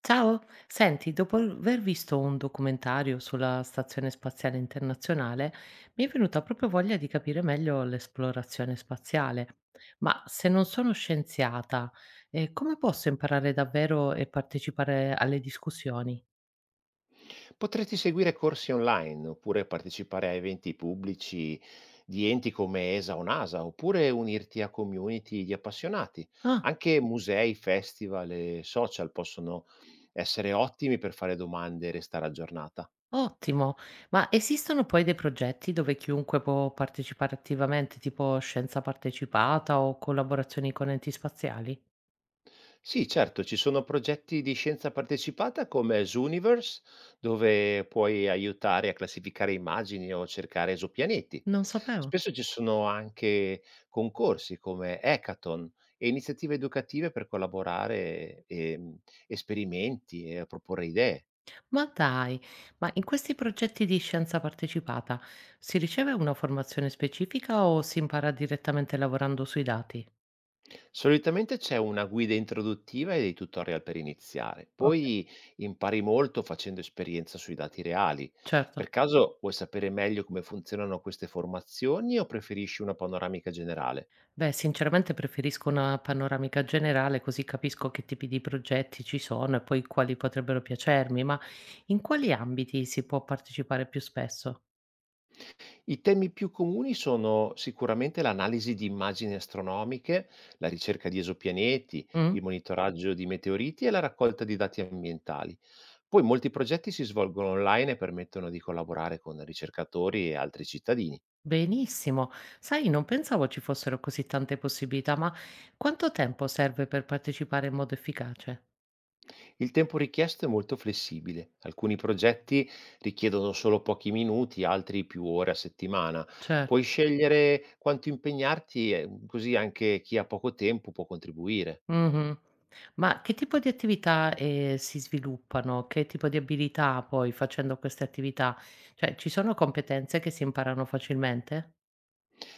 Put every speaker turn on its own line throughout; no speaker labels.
Ciao, senti, dopo aver visto un documentario sulla Stazione Spaziale Internazionale, mi è venuta proprio voglia di capire meglio l'esplorazione spaziale. Ma se non sono scienziata, come posso imparare davvero e partecipare alle discussioni?
Potresti seguire corsi online, oppure partecipare a eventi pubblici di enti come ESA o NASA, oppure unirti a community di appassionati.
Ah,
Anche musei, festival e social possono essere ottimi per fare domande e restare aggiornata.
ottimo! Ma esistono poi dei progetti dove chiunque può partecipare attivamente, tipo scienza partecipata o collaborazioni con enti spaziali?
Sì, certo, ci sono progetti di scienza partecipata come Zooniverse, dove puoi aiutare a classificare immagini o cercare esopianeti.
Non sapevo.
Spesso ci sono anche concorsi come hackathon e iniziative educative per collaborare, esperimenti e proporre idee.
Ma dai, ma in questi progetti di scienza partecipata si riceve una formazione specifica o si impara direttamente lavorando sui dati?
Solitamente c'è una guida introduttiva e dei tutorial per iniziare.
Ok,
Poi impari molto facendo esperienza sui dati reali.
certo.
Per caso vuoi sapere meglio come funzionano queste formazioni o preferisci una panoramica generale?
Beh, sinceramente preferisco una panoramica generale così capisco che tipi di progetti ci sono e poi quali potrebbero piacermi, ma in quali ambiti si può partecipare più spesso?
I temi più comuni sono sicuramente l'analisi di immagini astronomiche, la ricerca di esopianeti,
Mm?
il monitoraggio di meteoriti e la raccolta di dati ambientali. Poi molti progetti si svolgono online e permettono di collaborare con ricercatori e altri cittadini.
Benissimo. Sai, non pensavo ci fossero così tante possibilità, ma quanto tempo serve per partecipare in modo efficace?
Il tempo richiesto è molto flessibile. Alcuni progetti richiedono solo pochi minuti, altri più ore a settimana.
Certo.
Puoi scegliere quanto impegnarti, e così anche chi ha poco tempo può contribuire.
Mh-mh. Ma che tipo di attività, si sviluppano? Che tipo di abilità poi facendo queste attività? Cioè ci sono competenze che si imparano facilmente?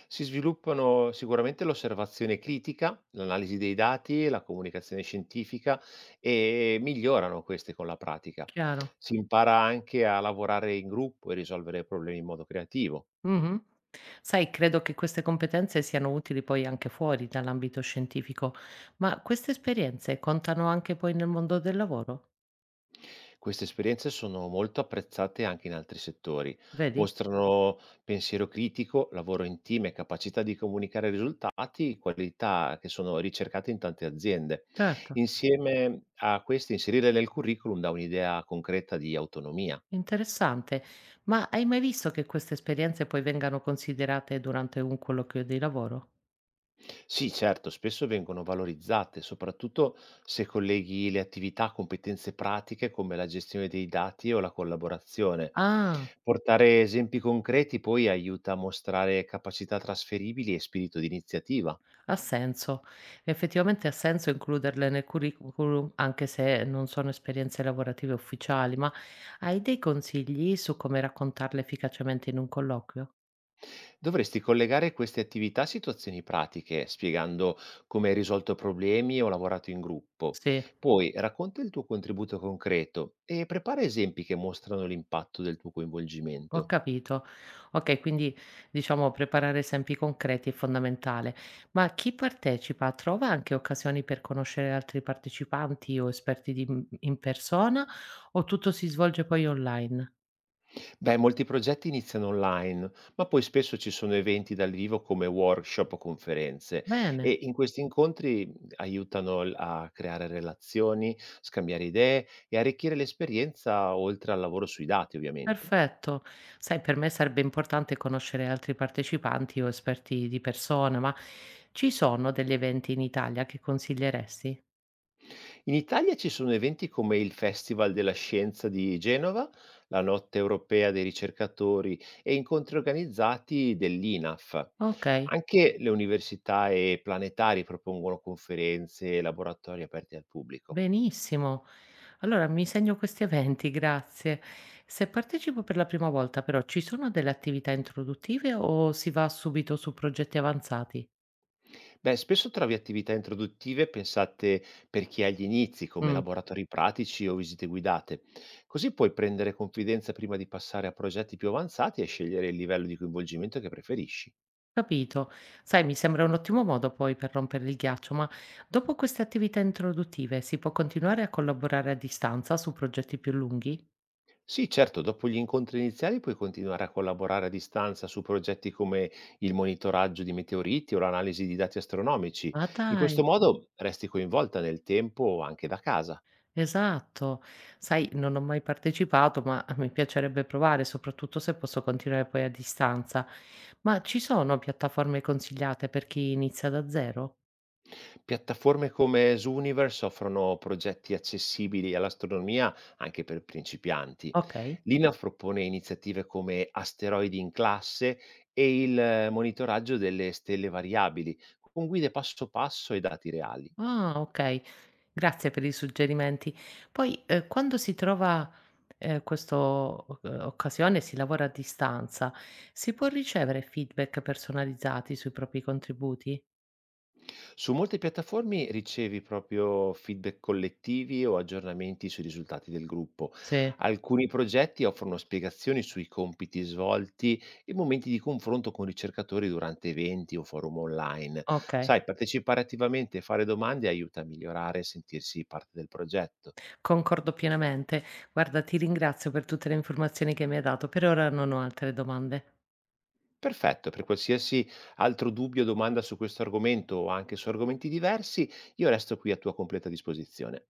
Si sviluppano sicuramente l'osservazione critica, l'analisi dei dati, la comunicazione scientifica e migliorano queste con la pratica.
Chiaro.
Si impara anche a lavorare in gruppo e risolvere problemi in modo creativo.
Mh-mh. Sai, credo che queste competenze siano utili poi anche fuori dall'ambito scientifico, ma queste esperienze contano anche poi nel mondo del lavoro?
Queste esperienze sono molto apprezzate anche in altri settori. Mm.
Vedi?
Mostrano pensiero critico, lavoro in team e capacità di comunicare risultati, qualità che sono ricercate in tante aziende.
Certo,
Insieme a queste, inserire nel curriculum dà un'idea concreta di autonomia.
interessante. Ma hai mai visto che queste esperienze poi vengano considerate durante un colloquio di lavoro?
Sì, certo, spesso vengono valorizzate, soprattutto se colleghi le attività a competenze pratiche come la gestione dei dati o la collaborazione.
Ah.
Portare esempi concreti poi aiuta a mostrare capacità trasferibili e spirito di iniziativa.
Ha senso. Effettivamente ha senso includerle nel curriculum anche se non sono esperienze lavorative ufficiali, ma hai dei consigli su come raccontarle efficacemente in un colloquio?
Dovresti collegare queste attività a situazioni pratiche, spiegando come hai risolto problemi o lavorato in gruppo.
Sì,
Poi racconta il tuo contributo concreto e prepara esempi che mostrano l'impatto del tuo
ho
coinvolgimento.
capito. Ok, quindi diciamo preparare esempi concreti è fondamentale, ma chi partecipa trova anche occasioni per conoscere altri partecipanti o esperti in persona o tutto si svolge poi online?
Beh, molti progetti iniziano online, ma poi spesso ci sono eventi dal vivo come workshop o conferenze e
Bene.
in questi incontri aiutano a creare relazioni, scambiare idee e arricchire l'esperienza oltre al lavoro sui dati, ovviamente.
Perfetto. Sai, per me sarebbe importante conoscere altri partecipanti o esperti di persona, ma ci sono degli eventi in Italia che consiglieresti?
In Italia ci sono eventi come il Festival della Scienza di Genova, la Notte Europea dei Ricercatori e incontri organizzati dell'INAF.
Ok,
Anche le università e planetari propongono conferenze e laboratori aperti al pubblico.
benissimo. Allora mi segno questi eventi, grazie. Se partecipo per la prima volta, però, ci sono delle attività introduttive o si va subito su progetti avanzati?
Beh, spesso trovi attività introduttive pensate per chi ha gli inizi, come
Mm.
laboratori pratici o visite guidate. Così puoi prendere confidenza prima di passare a progetti più avanzati e scegliere il livello di coinvolgimento che preferisci.
Capito. Sai, mi sembra un ottimo modo poi per rompere il ghiaccio, ma dopo queste attività introduttive si può continuare a collaborare a distanza su progetti più lunghi?
Sì, certo, dopo gli incontri iniziali puoi continuare a collaborare a distanza su progetti come il monitoraggio di meteoriti o l'analisi di dati astronomici.
Ma
In
dai,
questo modo resti coinvolta nel tempo anche da casa.
esatto. Sai, non ho mai partecipato, ma mi piacerebbe provare, soprattutto se posso continuare poi a distanza. Ma ci sono piattaforme consigliate per chi inizia da zero?
Piattaforme come Zooniverse offrono progetti accessibili all'astronomia anche per principianti.
Ok.
L'INA propone iniziative come asteroidi in classe e il monitoraggio delle stelle variabili, con guide passo passo e dati reali.
Ah, ok. Grazie per i suggerimenti. Poi, quando si trova, questo o occasione, si lavora a distanza, si può ricevere feedback personalizzati sui propri contributi?
Su molte piattaforme ricevi proprio feedback collettivi o aggiornamenti sui risultati del gruppo.
Sì,
Alcuni progetti offrono spiegazioni sui compiti svolti e momenti di confronto con ricercatori durante eventi o forum online.
okay,
Sai, partecipare attivamente e fare domande aiuta a migliorare e sentirsi parte del progetto.
concordo pienamente. Guarda, ti ringrazio per tutte le informazioni che mi hai dato. Per ora non ho altre domande.
Perfetto, per qualsiasi altro dubbio o domanda su questo argomento o anche su argomenti diversi, io resto qui a tua completa disposizione.